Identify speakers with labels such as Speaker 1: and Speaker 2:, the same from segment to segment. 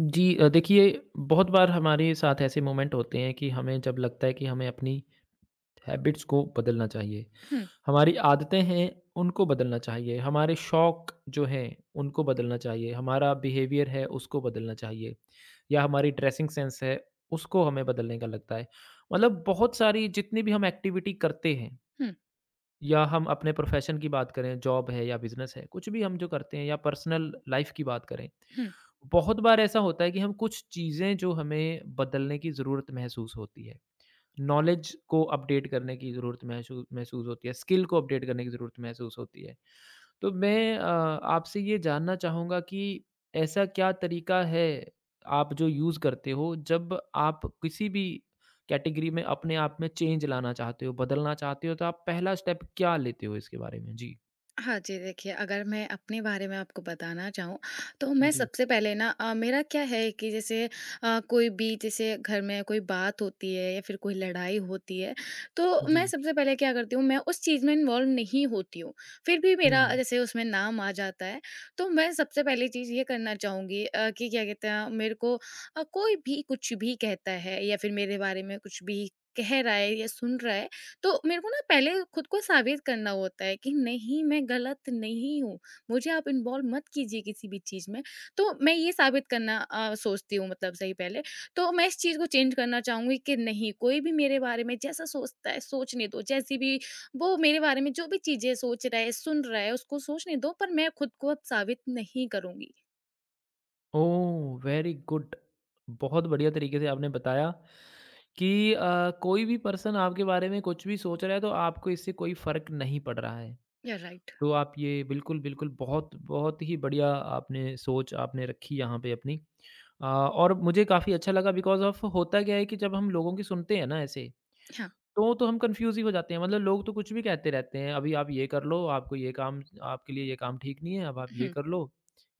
Speaker 1: जी, देखिए बहुत बार हमारे साथ ऐसे मोमेंट होते हैं कि हमें जब लगता है कि हमें अपनी हैबिट्स को बदलना चाहिए।
Speaker 2: हुँ,
Speaker 1: हमारी आदतें हैं, उनको बदलना चाहिए। हमारे शौक जो हैं, उनको बदलना चाहिए। हमारा बिहेवियर है, उसको बदलना चाहिए। या हमारी ड्रेसिंग सेंस है, उसको हमें बदलने का लगता है। मतलब बहुत सारी जितनी भी हम एक्टिविटी करते हैं,
Speaker 2: हुँ,
Speaker 1: या हम अपने प्रोफेशन की बात करें, जॉब है या बिजनेस है, कुछ भी हम जो करते हैं, या पर्सनल लाइफ की बात करें,
Speaker 2: हुँ।
Speaker 1: बहुत बार ऐसा होता है कि हम कुछ चीज़ें जो हमें बदलने की ज़रूरत महसूस होती है। नॉलेज को अपडेट करने की ज़रूरत महशू महसूस होती है, स्किल को अपडेट करने की ज़रूरत महसूस होती है। तो मैं आपसे ये जानना चाहूँगा कि ऐसा क्या तरीका है आप जो यूज़ करते हो, जब आप किसी भी कैटेगरी में अपने आप में चेंज लाना चाहते हो, बदलना चाहते हो, तो आप पहला स्टेप क्या लेते हो इसके बारे में? जी।
Speaker 2: हाँ जी, देखिए अगर मैं अपने बारे में आपको बताना चाहूँ, तो मैं
Speaker 1: जी,
Speaker 2: सबसे पहले ना मेरा क्या है कि जैसे कोई भी जैसे घर में कोई बात होती है या फिर कोई लड़ाई होती है, तो मैं
Speaker 1: जी।
Speaker 2: सबसे पहले क्या करती हूँ, मैं उस चीज़ में इन्वॉल्व नहीं होती हूँ। फिर भी मेरा
Speaker 1: हुँ।
Speaker 2: जैसे उसमें नाम आ जाता है, तो मैं सबसे पहली चीज़ ये करना चाहूँगी कि क्या कहते हैं, मेरे को कोई भी कुछ भी कहता है या फिर मेरे बारे में कुछ भी कह रहा है या सुन रहा है, तो मेरे को ना पहले खुद को साबित करना होता है कि नहीं मैं गलत नहीं हूँ, मुझे आप इन्वॉल्व मत कीजिए किसी भी चीज़ में। तो मैं ये साबित करना सोचती हूँ मतलब सही पहले। तो मैं इस चीज़ को चेंज करना चाहूँगी कि नहीं कोई भी मेरे बारे में जैसा सोचता है सोचने दो, जैसी भी वो मेरे बारे में जो भी चीज़ें सोच रहा है, सुन रहा है उसको सोचने दो पर मैं खुद को अब साबित नहीं करूँगी।
Speaker 1: ओह! Very good. बहुत बढ़िया तरीके से आपने बताया कि कोई भी पर्सन आपके बारे में कुछ भी सोच रहा है, तो आपको इससे कोई फ़र्क नहीं पड़ रहा है।
Speaker 2: या राइट।
Speaker 1: तो आप ये बिल्कुल, बिल्कुल, बहुत, बहुत ही बढ़िया आपने सोच आपने रखी यहाँ पे अपनी। और मुझे काफ़ी अच्छा लगा बिकॉज़ ऑफ़ होता क्या है कि जब हम लोगों की सुनते हैं ना ऐसे,
Speaker 2: हाँ।
Speaker 1: तो हम कन्फ्यूज़ ही हो जाते हैं। मतलब लोग तो कुछ भी कहते रहते हैं, अभी आप ये कर लो, आपको ये काम आपके लिए ये काम ठीक नहीं है, अब आप ये
Speaker 2: हुँ।
Speaker 1: कर लो,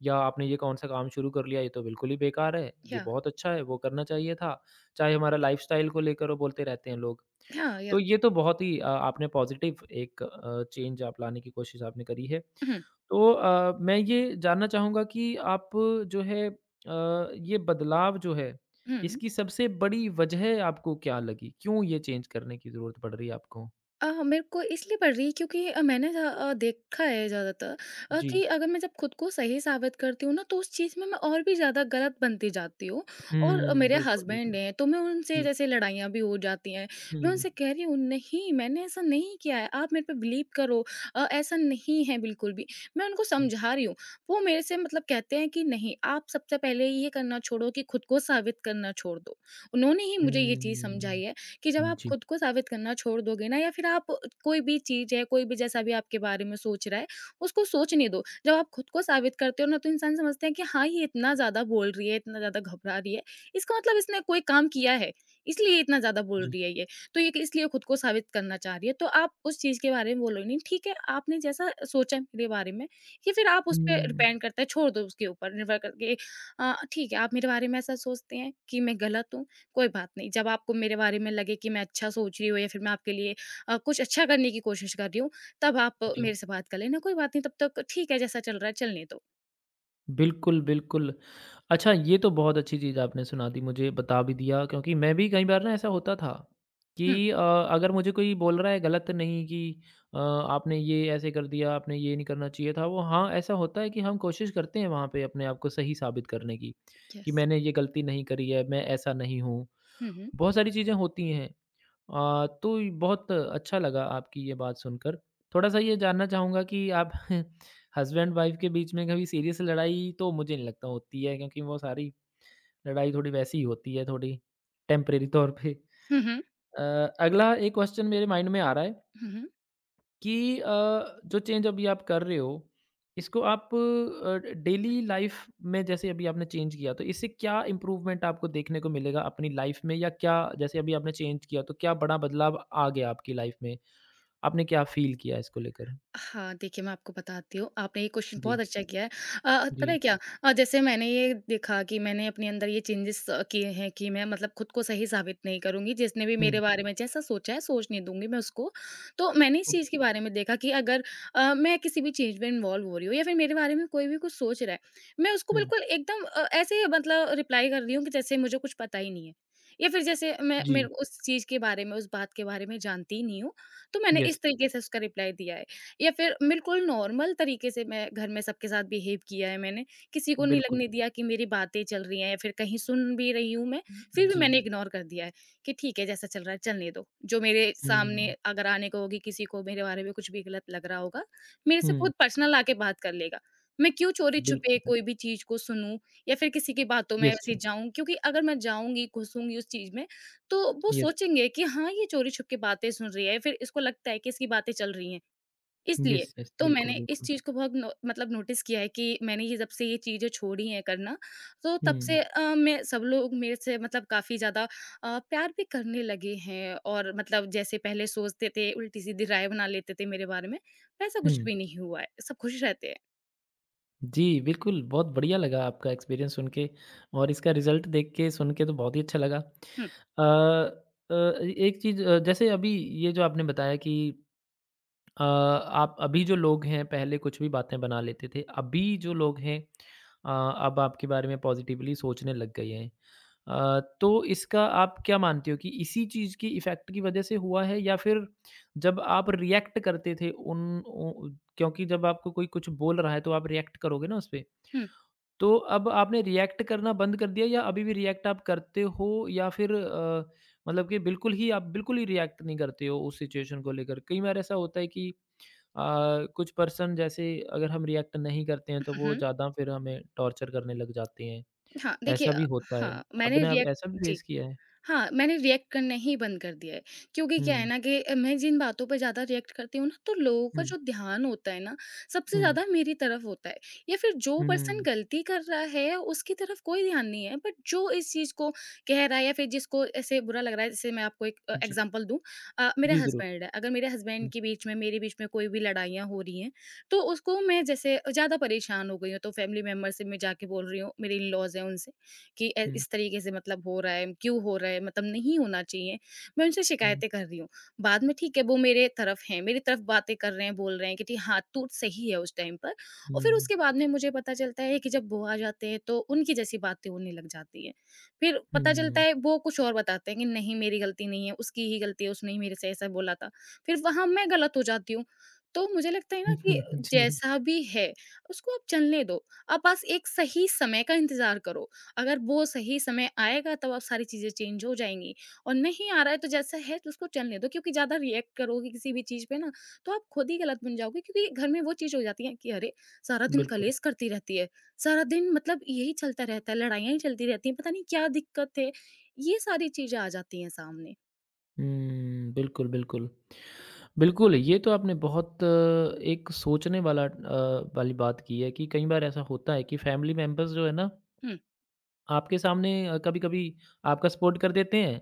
Speaker 1: या आपने ये कौन-सा काम शुरू कर लिया, ये तो बिल्कुल ही बेकार है, ये
Speaker 2: या,
Speaker 1: बहुत अच्छा है, वो करना चाहिए था। चाहे हमारा लाइफ़स्टाइल को लेकर वो बोलते रहते हैं लोग।
Speaker 2: हाँ,
Speaker 1: तो
Speaker 2: या।
Speaker 1: ये तो बहुत ही आपने पॉज़िटिव एक चेंज आप लाने की कोशिश आपने करी है।
Speaker 2: हुँ,
Speaker 1: तो मैं ये जानना चाहूँगा कि आप जो है, ये बदलाव जो है,
Speaker 2: हुँ।
Speaker 1: इसकी सबसे बड़ी वजह आपको क्या लगी? क्यों ये चेंज करने की ज़रूरत पड़ रही है आपको?
Speaker 2: मेरे को इसलिए पड़ रही है क्योंकि देखा है ज़्यादातर
Speaker 1: जी।
Speaker 2: कि अगर मैं जब खुद को सही साबित करती हूँ ना, तो उस चीज़ में मैं और भी ज़्यादा गलत बनती जाती हूँ और
Speaker 1: हुँ,
Speaker 2: मेरे
Speaker 1: बिल्कुल,
Speaker 2: हस्बैंड
Speaker 1: बिल्कुल।
Speaker 2: हैं, तो मैं उनसे
Speaker 1: जी।
Speaker 2: जैसे लड़ाइयाँ भी हो जाती हैं। मैं
Speaker 1: हुँ,
Speaker 2: उनसे कह रही हूँ, "नहीं, मैंने ऐसा नहीं किया है, आप मेरे पे बिलीव करो ऐसा नहीं है बिल्कुल भी।" मैं उनको
Speaker 1: जी।
Speaker 2: समझा रही हूँ। वो मेरे से मतलब कहते हैं कि, "नहीं, आप सबसे पहले ये करना छोड़ो कि खुद को साबित करना छोड़ दो। उन्होंने ही मुझे ये चीज़
Speaker 1: हुँ,
Speaker 2: समझाई है।" कि जब आप
Speaker 1: जी,
Speaker 2: खुद को साबित करना छोड़ दोगे ना या फिर आप कोई भी चीज़ है, कोई भी जैसा भी आपके बारे में सोच रहा है, उसको सोचने दो। जब आप खुद को साबित करते हो ना तो इंसान समझता है कि हाँ, ये इतना ज़्यादा बोल रही है, इतना ज़्यादा घबरा रही है, इसका मतलब इसने कोई काम किया है, इसलिए इतना ज़्यादा बोल
Speaker 1: जी।
Speaker 2: रही है ये। तो ये इसलिए खुद को साबित करना चाह रही है, तो आप उस चीज़ के बारे में बोलो ही नहीं, ठीक है, आपने जैसा सोचा है मेरे बारे में, ये फिर आप उस पे
Speaker 1: हुँ।
Speaker 2: डिपेंड करता है, छोड़ दो उसके ऊपर निर्भर करके ठीक है, आप मेरे बारे में ऐसा सोचते हैं कि मैं गलत हूँ, कोई बात नहीं, जब आपको मेरे बारे में लगे कि मैं अच्छा सोच रही हूँ या फिर मैं आपके लिए कुछ अच्छा करने की कोशिश कर रही हूँ, तब आप हुँ।
Speaker 1: जी।
Speaker 2: मेरे से बात कर लेना, कोई बात नहीं तब तक ठीक है जैसा चल रहा है चलने दो।
Speaker 1: बिल्कुल, बिल्कुल। अच्छा, ये तो बहुत अच्छी चीज़ आपने सुना दी, मुझे बता भी दिया, क्योंकि मैं भी कई बार ना ऐसा होता था कि
Speaker 2: हुँ,
Speaker 1: अगर मुझे कोई बोल रहा है गलत नहीं कि आपने ये ऐसे कर दिया, आपने ये नहीं करना चाहिए था। वो हाँ, ऐसा होता है कि हम कोशिश करते हैं वहाँ पे अपने आप को सही साबित करने की, कि
Speaker 2: यस।
Speaker 1: मैंने ये गलती नहीं करी है, मैं ऐसा नहीं हूँ।
Speaker 2: हुँ, हुँ।
Speaker 1: बहुत सारी चीज़ें होती हैं। तो ये बहुत अच्छा लगा आपकी ये बात सुनकर। थोड़ा-सा ये जानना चाहूँगा कि आप हस्बैंड वाइफ़ के बीच में कभी सीरियस लड़ाई तो मुझे नहीं लगता होती है, क्योंकि वो सारी लड़ाई थोड़ी वैसी ही होती है, थोड़ी टेम्परेरी तौर पे।
Speaker 2: हुँ, हुँ।
Speaker 1: अ, अगला एक क्वेश्चन मेरे माइंड में आ रहा है
Speaker 2: हुँ, हुँ।
Speaker 1: कि जो चेंज अभी आप कर रहे हो, इसको आप डेली लाइफ़ में जैसे अभी आपने चेंज किया, तो इससे क्या इम्प्रूवमेंट आपको देखने को मिलेगा अपनी लाइफ़ में, या क्या जैसे अभी आपने चेंज किया तो क्या बड़ा बदलाव आ गया आपकी लाइफ़ में? आपने क्या फ़ील किया इसको लेकर?
Speaker 2: हाँ, देखिए मैं आपको बताती हूँ, आपने ये क्वेश्चन
Speaker 1: जी,
Speaker 2: बहुत अच्छा किया है। पता
Speaker 1: जी।
Speaker 2: है क्या जैसे मैंने ये देखा कि मैंने अपने अंदर ये चेंजेस किए हैं कि मैं मतलब खुद को सही साबित नहीं करूँगी, जिसने भी
Speaker 1: हुँ,
Speaker 2: मेरे बारे में जैसा सोचा है, सोच नहीं दूँगी मैं उसको। तो मैंने इस
Speaker 1: ओके।
Speaker 2: चीज़ के बारे में देखा कि अगर मैं किसी भी चीज़ में इन्वॉल्व हो रही हूँ या फिर मेरे बारे में कोई भी कुछ सोच रहा है, मैं उसको
Speaker 1: हुँ,
Speaker 2: बिल्कुल एकदम ऐसे मतलब रिप्लाई कर रही हूँ कि जैसे मुझे कुछ पता ही नहीं है या फिर जैसे मैं
Speaker 1: जी,
Speaker 2: मेरे उस चीज़ के बारे में, उस बात के बारे में जानती ही नहीं हूँ। तो मैंने
Speaker 1: यस,
Speaker 2: इस तरीके से उसका रिप्लाई दिया है। या फिर बिल्कुल नॉर्मल तरीके से मैं घर में सबके साथ बिहेव किया है मैंने। किसी को नहीं
Speaker 1: बिल्कुल।
Speaker 2: लगने दिया कि मेरी बातें चल रही हैं या फिर कहीं सुन भी रही हूँ मैं, फिर भी
Speaker 1: जी।
Speaker 2: मैंने इग्नोर कर दिया है कि ठीक है जैसा चल रहा है चलने दो। जो मेरे सामने
Speaker 1: हुँ,
Speaker 2: अगर आने को होगी किसी को मेरे बारे में कुछ भी गलत लग रहा होगा, मेरे से
Speaker 1: हुँ,
Speaker 2: खुद पर्सनल आके बात कर लेगा। मैं क्यों चोरी-छुपे
Speaker 1: बिल्कुल,
Speaker 2: कोई
Speaker 1: बिल्कुल।
Speaker 2: भी चीज़ को सुनूँ या फिर किसी की बातों में
Speaker 1: यस,
Speaker 2: ऐसे जाऊँ क्योंकि अगर मैं जाऊँगी, घुसूँगी उस चीज़ में, तो वो
Speaker 1: यस,
Speaker 2: सोचेंगे कि हाँ, ये चोरी-छुप के बातें सुन रही है, फिर इसको लगता है कि इसकी बातें चल रही हैं।
Speaker 1: यस,
Speaker 2: इसलिए,
Speaker 1: यस,
Speaker 2: तो
Speaker 1: बिल्कुल,
Speaker 2: मैंने इस
Speaker 1: बिल्कुल।
Speaker 2: चीज़ को बहुत नो मतलब नोटिस किया है कि मैंने ये जब से ये चीज़ें छोड़ी हैं करना, तो तब
Speaker 1: हुँ,
Speaker 2: से मैं सब लोग मेरे से मतलब काफ़ी ज़्यादा प्यार भी करने लगे हैं और मतलब जैसे पहले सोचते थे, उल्टी-सीधी राय बना लेते थे मेरे बारे में, वैसा कुछ
Speaker 1: हुँ।
Speaker 2: भी नहीं हुआ है, सब खुश रहते हैं।
Speaker 1: जी, बिल्कुल, बहुत बढ़िया लगा आपका एक्सपीरियंस सुन के, और इसका रिज़ल्ट देख के, सुन के तो बहुत ही अच्छा लगा।
Speaker 2: हुँ,
Speaker 1: अ, ए एक चीज़, जैसे अभी ये जो आपने बताया कि आप, अभी जो लोग हैं पहले कुछ भी बातें बना लेते थे, अभी जो लोग हैं, अ, अब आपके बारे में पॉज़िटिवली सोचने लग गए हैं। तो इसका आप क्या मानते हो कि इसी चीज़ की इफ़ेक्ट की वज़ह से हुआ है, या फिर जब आप रिएक्ट करते थे उन उ क्योंकि जब आपको कोई कुछ बोल रहा है तो आप रिएक्ट करोगे ना उस पे।
Speaker 2: हुँ,
Speaker 1: तो अब आपने रिएक्ट करना बंद कर दिया, या अभी भी रिएक्ट आप करते हो, या फिर मतलब कि बिल्कुल ही आप बिल्कुल ही रिएक्ट नहीं करते हो उस सिचुएशन को लेकर? कई बार ऐसा होता है कि कुछ पर्सन जैसे, अगर हम रिएक्ट नहीं करते हैं तो
Speaker 2: हुँ,
Speaker 1: वो
Speaker 2: हुँ।
Speaker 1: ज़्यादा फिर हमें टॉर्चर करने लग जाते हैं,
Speaker 2: हाँ, देखिए
Speaker 1: ऐसा भी होता है।
Speaker 2: हाँ, मैंने
Speaker 1: आपने, आप
Speaker 2: रिएक्ट
Speaker 1: ऐसा भी
Speaker 2: जी।
Speaker 1: फेस किया है?
Speaker 2: हाँ, मैंने रिएक्ट करना ही बंद कर दिया है, क्योंकि क्या है
Speaker 1: हुँ,
Speaker 2: ना कि मैं जिन बातों पे ज़्यादा रिएक्ट करती हूँ ना, तो लोगों
Speaker 1: हुँ,
Speaker 2: का जो ध्यान होता है ना, सबसे
Speaker 1: हुँ,
Speaker 2: ज़्यादा मेरी तरफ होता है या फिर जो पर्सन
Speaker 1: हुँ।
Speaker 2: गलती कर रहा है, उसकी तरफ कोई ध्यान नहीं है। बट जो इस चीज़ को कह रहा है या फिर जिसको ऐसे बुरा लग रहा है, जैसे मैं आपको एक
Speaker 1: जी,
Speaker 2: एग्ज़ाम्पल दूँ मेरा
Speaker 1: जी ज़रूर।
Speaker 2: हस्बैंड है, अगर मेरे
Speaker 1: हुँ,
Speaker 2: हस्बैंड के बीच में, मेरे बीच में कोई भी लड़ाइयाँ हो रही हैं, तो उसको मैं जैसे ज़्यादा परेशान हो गई हूँ, तो फैमिली मेंबर से मैं जाके बोल रही हूँ, मेरे इन-लॉज़ हैं उनसे कि ए
Speaker 1: हुँ,
Speaker 2: इस तरीके से मतलब हो रहा है, क्यों हो रहा है, मतलब नहीं होना चाहिए। मैं उनसे
Speaker 1: हुँ,
Speaker 2: शिकायतें कर रही हूँ। बाद में ठीक है वो मेरे तरफ हैं, मेरी तरफ बातें कर रहे हैं, बोल रहे हैं कि ठी हाँ, तू सही है उस टाइम पर और फिर
Speaker 1: हुँ,
Speaker 2: उसके बाद में मुझे पता चलता है कि जब वो आ जाते हैं तो उनकी जैसी बातें होने लग जाती हैं। फिर पता चलता
Speaker 1: हुँ।
Speaker 2: है वो कुछ और बताते हैं कि नहीं मेरी गलती नहीं है, उसकी ही गलती है, उसने ही मेरे से ऐसा बोला था। फिर वहाँ मैं गलत हो जाती हूँ। तो मुझे लगता है ना कि
Speaker 1: जी,
Speaker 2: जैसा भी है उसको आप चलने दो। आप बस एक सही समय का इंतज़ार करो। अगर वो सही समय आएगा तब अब सारी चीज़ें चेंज हो जाएँगी और नहीं आ रहा है तो जैसा है तो उसको चलने दो क्योंकि ज़्यादा रिएक्ट करोगे किसी भी चीज़ पे ना तो आप खुद ही गलत बन जाओगे क्योंकि घर में वो चीज़ हो जाती है कि अरे! सारा दिन
Speaker 1: बिल्कुल।
Speaker 2: कलेश करती रहती है। सारा दिन मतलब यही चलता रहता है, लड़ाइयाँ ही चलती रहती हैं, पता नहीं क्या दिक्कत है? ये सारी चीज़ें आ जाती हैं सामने।
Speaker 1: हुँ, बिल्कुल, बिल्कुल। बिल्कुल, ये तो आपने बहुत एक सोचने वाला वाली बात की है, कि कई बार ऐसा होता है कि फैमिली मेंबर्स जो है ना,
Speaker 2: हुँ।
Speaker 1: आपके सामने कभी-कभी आपका सपोर्ट कर देते हैं,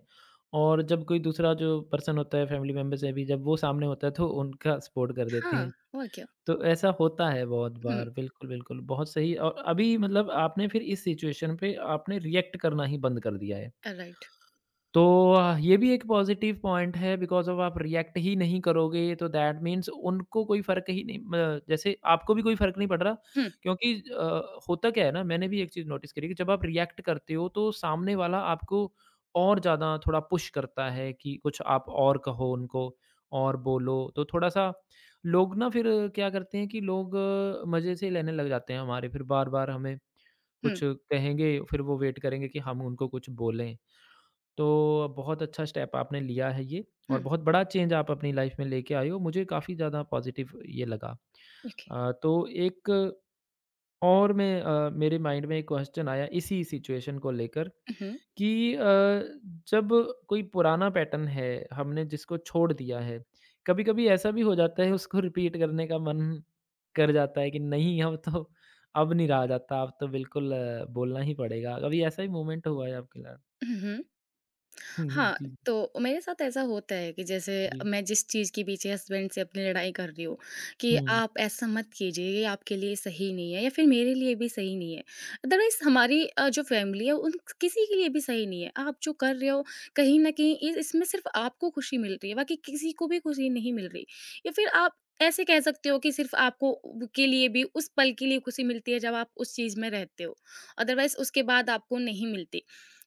Speaker 1: और जब कोई दूसरा जो पर्सन होता है फैमिली मेंबर से भी, जब वो सामने होता है तो उनका सपोर्ट कर देते
Speaker 2: हाँ,
Speaker 1: हैं।
Speaker 2: और क्या।
Speaker 1: तो ऐसा होता है बहुत
Speaker 2: हुँ,
Speaker 1: बार। बिल्कुल, बिल्कुल, बहुत सही, और अभी मतलब आपने फिर इस सिचुएशन पे आपने रिएक्ट करना ही बंद कर दिया है।
Speaker 2: राइट।
Speaker 1: तो ये भी एक पॉज़िटिव पॉइंट है, बिकॉज़ ऑफ़ आप रिएक्ट ही नहीं करोगे तो दैट मीन्स उनको कोई फ़र्क ही नहीं म जैसे आपको भी कोई फ़र्क नहीं पड़ रहा,
Speaker 2: हुँ,
Speaker 1: क्योंकि होता क्या है ना, मैंने भी एक चीज़ नोटिस करी कि जब आप रिएक्ट करते हो तो सामने वाला आपको और ज़्यादा थोड़ा पुश करता है कि कुछ आप और कहो उनको, और बोलो, तो थोड़ा-सा लोग ना फिर क्या करते हैं कि लोग मज़े से लेने लग जाते हैं हमारे, फिर बार-बार हमें कुछ
Speaker 2: हुँ,
Speaker 1: कहेंगे, फिर वो वेट करेंगे कि हम उनको कुछ बोलें। तो बहुत अच्छा स्टेप आपने लिया है ये, और
Speaker 2: हुँ।
Speaker 1: बहुत बड़ा चेंज आप अपनी लाइफ में लेके आए हो। मुझे काफ़ी ज़्यादा पॉज़िटिव ये लगा।
Speaker 2: ओके।
Speaker 1: तो एक और मैं, मेरे माइंड में एक क्वेश्चन आया इसी सिचुएशन को लेकर
Speaker 2: उहुँ,
Speaker 1: कि जब कोई पुराना पैटर्न है, हमने जिसको छोड़ दिया है, कभी-कभी ऐसा भी हो जाता है, उसको रिपीट करने का मन कर जाता है कि नहीं, अब तो अब नहीं रहा जाता, अब तो बिल्कुल बोलना ही पड़ेगा। कभी ऐसा ही मोमेंट हुआ है आपके साथ?
Speaker 2: उहुँ।
Speaker 1: हुँ, हुँ।
Speaker 2: हाँ,
Speaker 1: जी,
Speaker 2: तो मेरे साथ ऐसा होता है कि जैसे
Speaker 1: जी।
Speaker 2: मैं जिस चीज़ के पीछे हस्बैंड से अपनी लड़ाई कर रही हूँ कि
Speaker 1: हुँ,
Speaker 2: आप ऐसा मत कीजिए, ये आपके लिए सही नहीं है या फिर मेरे लिए भी सही नहीं है। अदरवाइज़ हमारी जो फैमिली है उन किसी के लिए भी सही नहीं है। आप जो कर रहे हो कहीं न कहीं इ इसमें सिर्फ़ आपको खुशी मिल रही है, बाकी किसी को भी खुशी नहीं मिल रही। या फिर आप ऐसे कह सकते हो कि सिर्फ़ आपको उ के लिए भी उस पल के लिए खुशी मिलती है जब आप उस चीज़ में रहते हो। अदरवाइज़ उसके बाद आपको नहीं मिलती।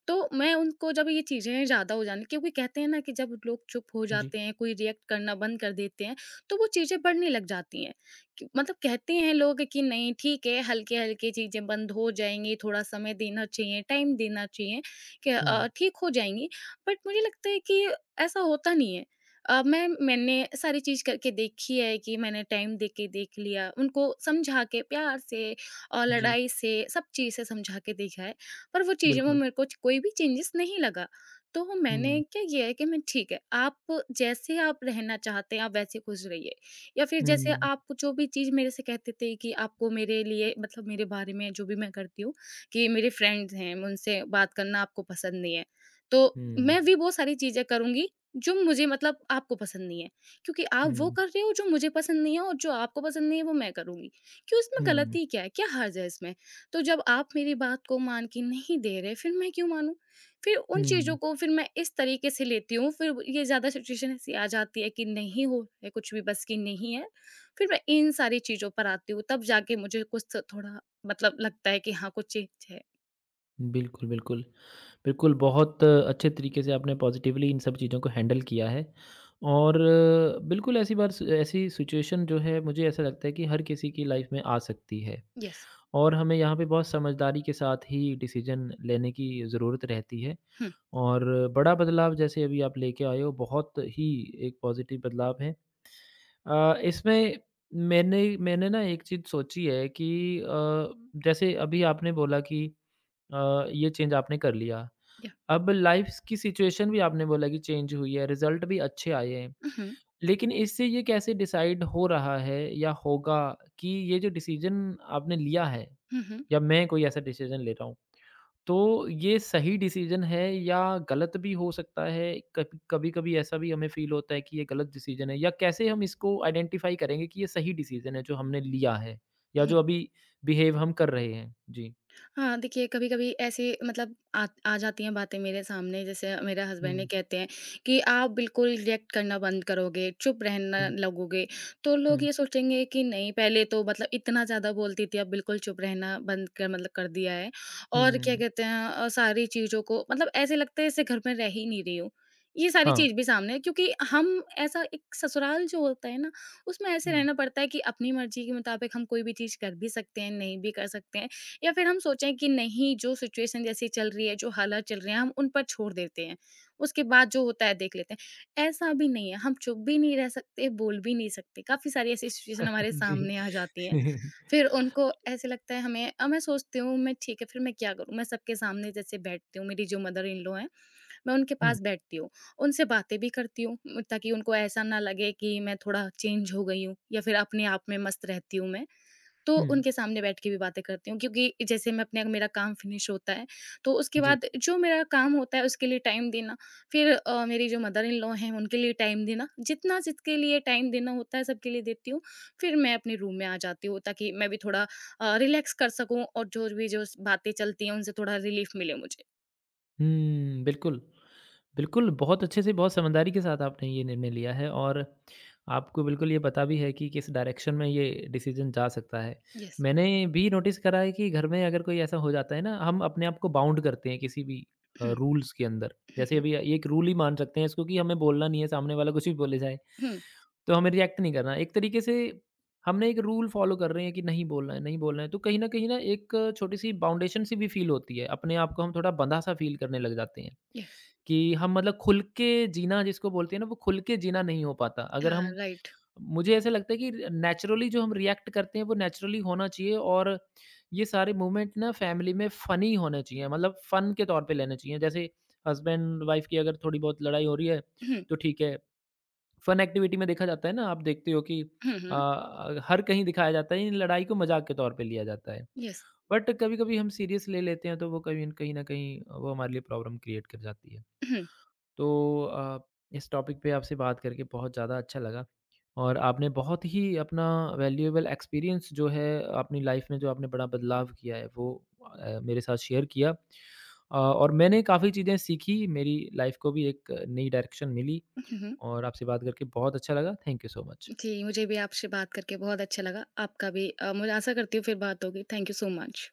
Speaker 2: तो मैं उनको जब ये चीज़ें ज़्यादा हो जाने क्योंकि कहते हैं ना कि जब लोग चुप हो
Speaker 1: जी।
Speaker 2: जाते हैं, कोई रिएक्ट करना बंद कर देते हैं, तो वो चीज़ें बढ़ने लग जाती हैं। कि मतलब कहते हैं लोग कि नहीं ठीक है, हल्के-हल्के चीज़ें बंद हो जाएँगी, थोड़ा समय देना चाहिए, टाइम देना चाहिए कि
Speaker 1: हुँ,
Speaker 2: ठीक हो जाएँगी। बट मुझे लगता है कि ऐसा होता नहीं है। मैंने सारी चीज़ करके देखी है कि मैंने टाइम दे के देख लिया, उनको समझा के प्यार से और
Speaker 1: जी,
Speaker 2: लड़ाई से, सब चीज़ से समझा के देखा है। पर वो चीज़ें में
Speaker 1: बिल्कुल।
Speaker 2: मेरे को कोई भी चेंजेस नहीं लगा। तो
Speaker 1: हुँ,
Speaker 2: मैंने क्या किया है कि मैं ठीक है, आप जैसे आप रहना चाहते हैं, आप वैसे खुश रहिए या फिर जैसे
Speaker 1: हुँ,
Speaker 2: आप जो भी चीज़ मेरे से कहते थे कि आपको मेरे लिए मतलब मेरे बारे में जो भी मैं करती हूँ कि मेरे फ्रेंड्स हैं, उनसे बात करना आपको पसंद नहीं है। तो
Speaker 1: हुँ,
Speaker 2: मैं भी वो सारी चीज़ें करूँगी जो मुझे मतलब आपको पसंद नहीं है, क्योंकि आप वो
Speaker 1: हुँ,
Speaker 2: कर रहे हो जो मुझे पसंद नहीं है और जो आपको पसंद नहीं है वो मैं करूँगी। क्यों इसमें
Speaker 1: हुँ,
Speaker 2: गलती क्या है? क्या हर्ज है इसमें? तो जब आप मेरी बात को मान के नहीं दे रहे, फिर मैं क्यों मानूँ? फिर उन चीज़ों
Speaker 1: हुँ।
Speaker 2: को फिर मैं इस तरीके से लेती हूँ, फिर ये ज़्यादा सिचुएशन ऐसी आ जाती है कि नहीं हो रहा है कुछ भी, बस की नहीं है। फिर मैं इन सारी चीज़ों पर आती हूँ, तब जाके मुझे कुछ तो थोड़ा मतलब लगता है कि हाँ, कुछ चेंज है।
Speaker 1: बिल्कुल, बिल्कुल। बिल्कुल, बहुत अच्छे तरीके से आपने पॉज़िटिवली इन सब चीज़ों को हैंडल किया है, और बिल्कुल ऐसी सिचुएशन जो है, मुझे ऐसा लगता है कि हर किसी की लाइफ़ में आ सकती है,
Speaker 2: येस।
Speaker 1: और हमें यहाँ पे बहुत समझदारी के साथ ही डिसीज़न लेने की ज़रूरत रहती है,
Speaker 2: हुँ,
Speaker 1: और बड़ा बदलाव जैसे अभी आप लेके आए हो, बहुत ही एक पॉज़िटिव बदलाव है। इसमें मैंने मैंने ना एक चीज़ सोची है कि अ, जैसे अभी आपने बोला कि ये चेंज आपने कर लिया।
Speaker 2: या।
Speaker 1: अब लाइफ़ की सिचुएशन भी आपने बोला कि चेंज हुई है, रिज़ल्ट भी अच्छे आए हैं।
Speaker 2: उहुँ,
Speaker 1: लेकिन इससे ये कैसे डिसाइड हो रहा है या होगा कि ये जो डिसीज़न आपने लिया है,
Speaker 2: हुँ, हुँ।
Speaker 1: या मैं कोई ऐसा डिसीज़न ले रहा हूँ, तो ये सही डिसीजन है या गलत भी हो सकता है? कभी कभी-कभी ऐसा भी हमें फ़ील होता है कि ये गलत डिसीजन है, या कैसे हम इसको आइडेंटिफ़ाई करेंगे कि ये सही डिसीजन है जो हमने लिया है, या जो अभी बिहेव हम कर रहे हैं? जी।
Speaker 2: हाँ, देखिए कभी-कभी ऐसे मतलब आ आ जाती हैं बातें मेरे सामने जैसे मेरे हस्बैंड ने
Speaker 1: हुँ,
Speaker 2: कहते हैं कि आप बिल्कुल रिएक्ट करना बंद करोगे, चुप रहना
Speaker 1: हुँ,
Speaker 2: लगोगे, तो लोग
Speaker 1: हुँ,
Speaker 2: ये सोचेंगे कि नहीं पहले तो मतलब इतना ज़्यादा बोलती थी अब बिल्कुल चुप रहना बंद कर मतलब कर दिया है और क्या
Speaker 1: हुँ।
Speaker 2: कहते हैं सारी चीज़ों को मतलब ऐसे लगता है जैसे घर में रह ही नहीं रही हूँ। ये सारी
Speaker 1: हाँ,
Speaker 2: चीज़ भी सामने है क्योंकि हम ऐसा एक ससुराल जो होता है ना, उसमें ऐसे
Speaker 1: हुँ।
Speaker 2: रहना पड़ता है कि अपनी मर्ज़ी के मुताबिक हम कोई भी चीज़ कर भी सकते हैं, नहीं भी कर सकते हैं। या फिर हम सोचें कि नहीं जो सिचुएशन जैसी चल रही है, जो हालात चल रहे हैं हम उन पर छोड़ देते हैं, उसके बाद जो होता है देख लेते हैं। ऐसा भी नहीं है, हम चुप भी नहीं रह सकते, बोल भी नहीं सकते, काफ़ी सारी ऐसी सिचुएशन हमारे
Speaker 1: जी।
Speaker 2: सामने आ जाती हैं। फिर उनको ऐसे लगता है हमें मैं सोचती हूँ मैं ठीक है फिर मैं क्या करूँ? मैं सबके सामने जैसे बैठती हूँ, मेरी जो मदर इन लॉ हैं, मैं उनके
Speaker 1: हुँ,
Speaker 2: पास बैठती हूँ, उनसे बातें भी करती हूँ ताकि उनको ऐसा ना लगे कि मैं थोड़ा चेंज हो गई हूँ या फिर अपने आप में मस्त रहती हूँ मैं। तो
Speaker 1: हुँ।
Speaker 2: उनके सामने बैठ के भी बातें करती हूँ क्योंकि जैसे मैं अपने मेरा काम फिनिश होता है तो उसके
Speaker 1: जी।
Speaker 2: बाद जो मेरा काम होता है उसके लिए टाइम देना फिर मेरी जो मदर इन लॉ हैं उनके लिए टाइम देना जितना जिसके लिए टाइम देना होता है सबके लिए देती हूँ फिर मैं अपने रूम में आ जाती हूँ ताकि मैं भी थोड़ा रिलैक्स कर सकूँ और जो भी जो बातें चलती हैं उनसे थोड़ा रिलीफ मिले मुझे
Speaker 1: हुँ, बिल्कुल। बिल्कुल, बहुत अच्छे से, बहुत समझदारी के साथ आपने ये निर्णय लिया है, और आपको बिल्कुल ये पता भी है कि किस डायरेक्शन में ये डिसीज़न जा सकता है।
Speaker 2: यस
Speaker 1: मैंने भी नोटिस करा है कि घर में अगर कोई ऐसा हो जाता है ना, हम अपने आप को बाउंड करते हैं किसी भी
Speaker 2: हम्म,
Speaker 1: रूल्स के अंदर। जैसे
Speaker 2: हम्म,
Speaker 1: अभी ये एक रूल ही मान सकते हैं इसको, कि हमें बोलना नहीं है, सामने वाला कुछ भी बोले जाए,
Speaker 2: हम्म,
Speaker 1: तो हमें रिएक्ट नहीं करना। एक तरीके से हम ना एक रूल फ़ॉलो कर रहे हैं कि नहीं बोलना है, नहीं बोलना है। तो कहीं न कहीं ना एक छोटी-सी बाउंडेशन सी भी फ़ील होती है। अपने आप को हम थोड़ा बँधा-सा फ़ील करने लग जाते हैं,
Speaker 2: यस
Speaker 1: कि हम मतलब खुल के जीना जिसको बोलते हैं ना, वो खुल के जीना नहीं हो पाता। अगर
Speaker 2: हाँ
Speaker 1: हम
Speaker 2: राइट
Speaker 1: मुझे ऐसा लगता है कि नेचुरली जो हम रिएक्ट करते हैं, वो नेचुरली होना चाहिए, और ये सारे मूवमेंट ना फ़ैमिली में फ़नी होने चाहिए, मतलब फ़न के तौर पे लेने चाहिए। जैसे हस्बैंड-वाइफ की अगर थोड़ी बहुत लड़ाई हो रही है,
Speaker 2: हम्म,
Speaker 1: तो ठीक है। फन एक्टिविटी में देखा जाता है ना, आप देखते हो कि
Speaker 2: हम्म, हम्म,
Speaker 1: अ, हर कहीं दिखाया जाता है, इन लड़ाई को मजाक के तौर पे लिया जाता है,
Speaker 2: यस
Speaker 1: बट कभी कभी हम सीरियस ले लेते हैं तो वो कभी न- कहीं ना कहीं वो हमारे लिए प्रॉब्लम क्रिएट कर जाती है।
Speaker 2: हम्म,
Speaker 1: तो अ, इस टॉपिक पे आपसे बात करके बहुत ज़्यादा अच्छा लगा, और आपने बहुत ही अपना वैल्यूएबल एक्सपीरियंस जो है, अपनी लाइफ में जो आपने बड़ा बदलाव किया है वो मेरे साथ शेयर किया, और मैंने काफ़ी चीज़ें सीखी, मेरी लाइफ को भी एक नई डायरेक्शन मिली,
Speaker 2: हम्म, हम्म।
Speaker 1: और आपसे बात करके बहुत अच्छा लगा। Thank you so much.
Speaker 2: जी, मुझे भी आपसे बात करके बहुत अच्छा लगा। आपका भी मुझे आशा करती हूँ फिर बात होगी। Thank you so much.